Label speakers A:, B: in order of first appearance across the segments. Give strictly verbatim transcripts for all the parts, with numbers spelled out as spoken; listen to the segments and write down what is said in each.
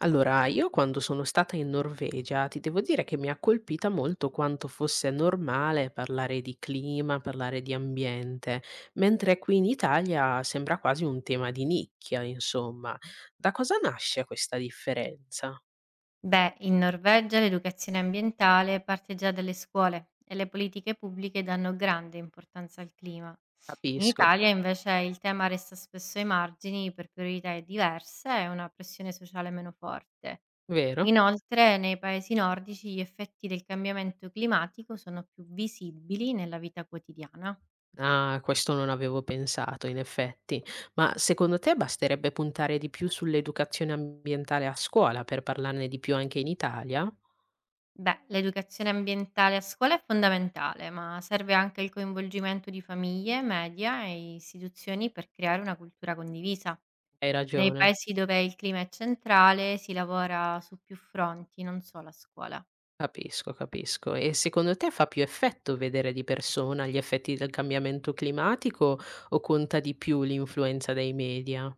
A: Allora, io quando sono stata in Norvegia ti devo dire che mi ha colpita molto quanto fosse normale parlare di clima, parlare di ambiente, mentre qui in Italia sembra quasi un tema di nicchia, insomma. Da cosa nasce questa differenza?
B: Beh, in Norvegia l'educazione ambientale parte già dalle scuole e le politiche pubbliche danno grande importanza al clima. In
A: Capisco,
B: Italia invece il tema resta spesso ai margini per priorità diverse e una pressione sociale meno forte.
A: vero?
B: Inoltre, nei paesi nordici gli effetti del cambiamento climatico sono più visibili nella vita quotidiana.
A: Ah, questo non avevo pensato, in effetti. Ma secondo te basterebbe puntare di più sull'educazione ambientale a scuola per parlarne di più anche in Italia?
B: Beh, l'educazione ambientale a scuola è fondamentale, ma serve anche il coinvolgimento di famiglie, media e istituzioni per creare una cultura condivisa.
A: Hai
B: Nei
A: ragione.
B: paesi dove il clima è centrale si lavora su più fronti, non solo a scuola.
A: Capisco, capisco. E secondo te fa più effetto vedere di persona gli effetti del cambiamento climatico o conta di più l'influenza dei media?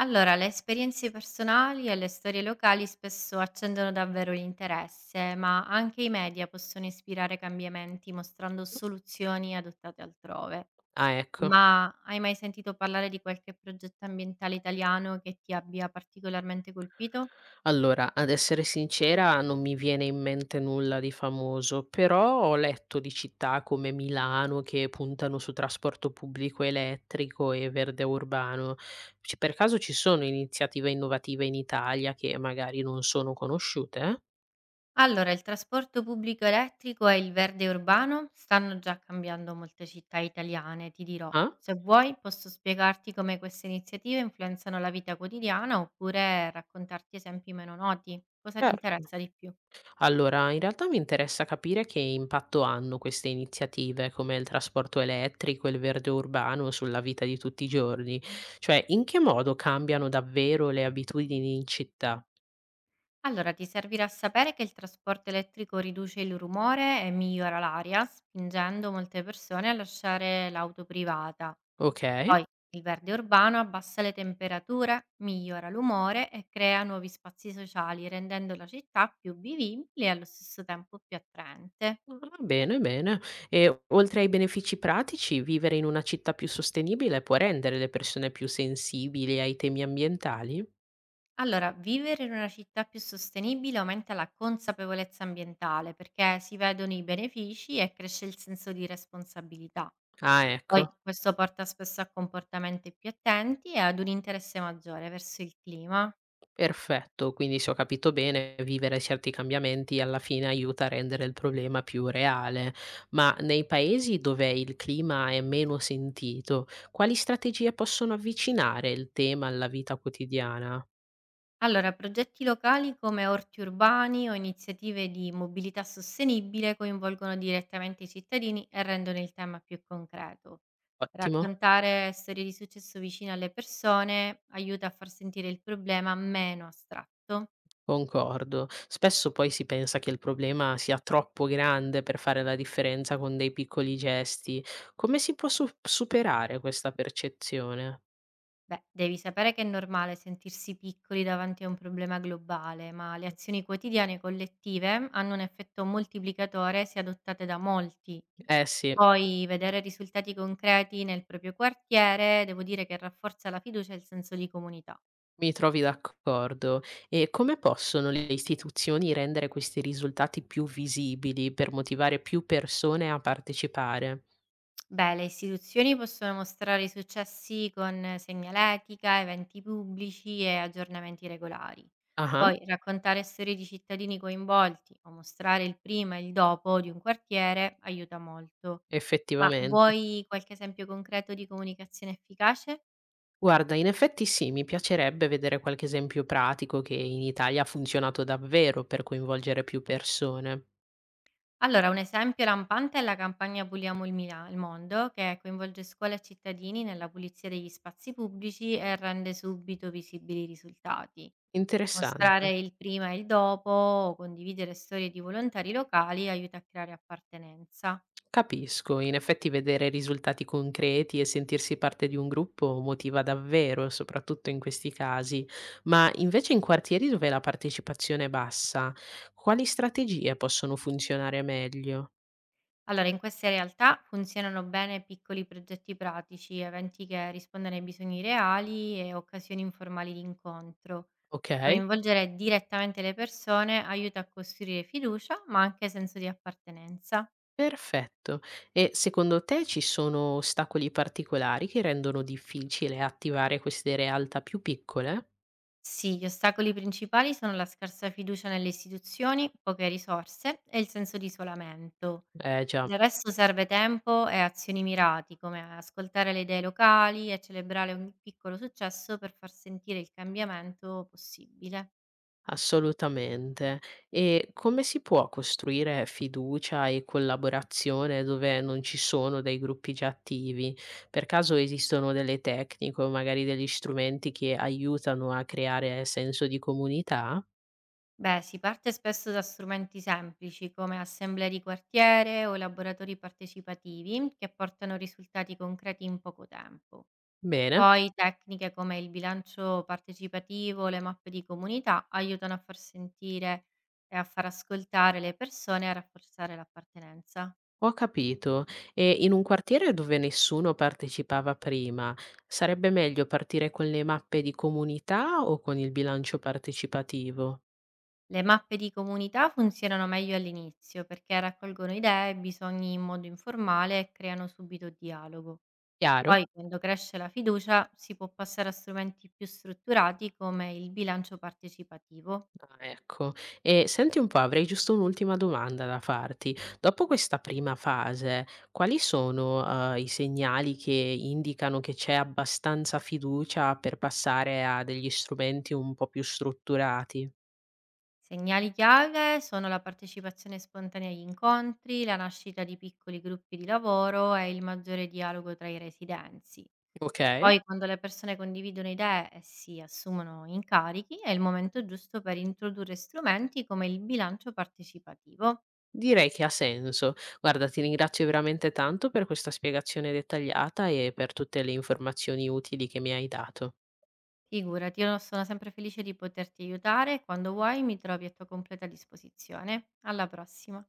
B: Allora, le esperienze personali e le storie locali spesso accendono davvero l'interesse, ma anche i media possono ispirare cambiamenti mostrando soluzioni adottate altrove.
A: Ah, ecco.
B: Ma hai mai sentito parlare di qualche progetto ambientale italiano che ti abbia particolarmente colpito?
A: Allora, ad essere sincera, non mi viene in mente nulla di famoso, però ho letto di città come Milano che puntano su trasporto pubblico elettrico e verde urbano. Ci- Per caso ci sono iniziative innovative in Italia che magari non sono conosciute, eh?
B: Allora, il trasporto pubblico elettrico e il verde urbano stanno già cambiando molte città italiane, ti dirò.
A: Ah,
B: Se vuoi, posso spiegarti come queste iniziative influenzano la vita quotidiana oppure raccontarti esempi meno noti. Cosa ti
A: certo.
B: interessa di più?
A: Allora, in realtà mi interessa capire che impatto hanno queste iniziative come il trasporto elettrico e il verde urbano sulla vita di tutti i giorni, cioè in che modo cambiano davvero le abitudini in città.
B: Allora, ti servirà sapere che il trasporto elettrico riduce il rumore e migliora l'aria, spingendo molte persone a lasciare l'auto privata.
A: Ok,
B: Poi il verde urbano abbassa le temperature, migliora l'umore e crea nuovi spazi sociali, rendendo la città più vivibile e allo stesso tempo più attraente.
A: va bene, bene. E oltre ai benefici pratici, vivere in una città più sostenibile può rendere le persone più sensibili ai temi ambientali?
B: Allora, vivere in una città più sostenibile aumenta la consapevolezza ambientale perché si vedono i benefici e cresce il senso di responsabilità.
A: Ah,
B: Poi
A: ecco.
B: questo porta spesso a comportamenti più attenti e ad un interesse maggiore verso il clima.
A: Perfetto, quindi se ho capito bene, vivere certi cambiamenti alla fine aiuta a rendere il problema più reale, ma nei paesi dove il clima è meno sentito, quali strategie possono avvicinare il tema alla vita quotidiana?
B: Allora, progetti locali come orti urbani o iniziative di mobilità sostenibile coinvolgono direttamente i cittadini e rendono il tema più concreto.
A: Ottimo,
B: Raccontare storie di successo vicine alle persone aiuta a far sentire il problema meno astratto.
A: concordo. Spesso poi si pensa che il problema sia troppo grande per fare la differenza con dei piccoli gesti. Come si può su- superare questa percezione?
B: Beh, devi sapere che è normale sentirsi piccoli davanti a un problema globale, ma le azioni quotidiane e collettive hanno un effetto moltiplicatore se adottate da molti.
A: Eh sì.
B: Poi vedere risultati concreti nel proprio quartiere, devo dire che rafforza la fiducia e il senso di comunità.
A: Mi trovi d'accordo. E come possono le istituzioni rendere questi risultati più visibili per motivare più persone a partecipare?
B: Beh, le istituzioni possono mostrare i successi con segnaletica, eventi pubblici e aggiornamenti regolari.
A: Ah-ah,
B: Poi raccontare storie di cittadini coinvolti o mostrare il prima e il dopo di un quartiere aiuta molto. Ma
A: effettivamente.
B: vuoi qualche esempio concreto di comunicazione efficace?
A: Guarda, in effetti sì, mi piacerebbe vedere qualche esempio pratico che in Italia ha funzionato davvero per coinvolgere più persone.
B: Allora, un esempio lampante è la campagna Puliamo il, Mila- il mondo, che coinvolge scuole e cittadini nella pulizia degli spazi pubblici e rende subito visibili i risultati.
A: Interessante.
B: Mostrare il prima e il dopo o condividere storie di volontari locali aiuta a creare appartenenza.
A: Capisco, in effetti vedere risultati concreti e sentirsi parte di un gruppo motiva davvero, soprattutto in questi casi, ma invece in quartieri dove la partecipazione è bassa, quali strategie possono funzionare meglio?
B: Allora, in queste realtà funzionano bene piccoli progetti pratici, eventi che rispondono ai bisogni reali e occasioni informali di incontro.
A: Ok,
B: Coinvolgere direttamente le persone aiuta a costruire fiducia, ma anche senso di appartenenza.
A: perfetto. E secondo te ci sono ostacoli particolari che rendono difficile attivare queste realtà più piccole?
B: Sì, gli ostacoli principali sono la scarsa fiducia nelle istituzioni, poche risorse e il senso di isolamento.
A: Eh già.
B: Del resto serve tempo e azioni mirati, come ascoltare le idee locali e celebrare ogni piccolo successo per far sentire il cambiamento possibile.
A: Assolutamente. E come si può costruire fiducia e collaborazione dove non ci sono dei gruppi già attivi? Per caso esistono delle tecniche o magari degli strumenti che aiutano a creare senso di comunità?
B: Beh, si parte spesso da strumenti semplici come assemblee di quartiere o laboratori partecipativi che portano risultati concreti in poco tempo.
A: Bene,
B: Poi tecniche come il bilancio partecipativo o le mappe di comunità aiutano a far sentire e a far ascoltare le persone e a rafforzare l'appartenenza.
A: ho capito. E in un quartiere dove nessuno partecipava prima, sarebbe meglio partire con le mappe di comunità o con il bilancio partecipativo?
B: Le mappe di comunità funzionano meglio all'inizio perché raccolgono idee e bisogni in modo informale e creano subito dialogo.
A: Chiaro?
B: Poi, quando cresce la fiducia, si può passare a strumenti più strutturati come il bilancio partecipativo.
A: Ah, ecco, e senti un po', avrei giusto un'ultima domanda da farti. Dopo questa prima fase, quali sono, eh, i segnali che indicano che c'è abbastanza fiducia per passare a degli strumenti un po' più strutturati?
B: Segnali chiave sono la partecipazione spontanea agli incontri, la nascita di piccoli gruppi di lavoro e il maggiore dialogo tra i residenzi.
A: Ok,
B: Poi, quando le persone condividono idee e si assumono incarichi, è il momento giusto per introdurre strumenti come il bilancio partecipativo.
A: direi che ha senso. Guarda, ti ringrazio veramente tanto per questa spiegazione dettagliata e per tutte le informazioni utili che mi hai dato.
B: Figurati, io sono sempre felice di poterti aiutare. Quando vuoi mi trovi a tua completa disposizione. Alla prossima.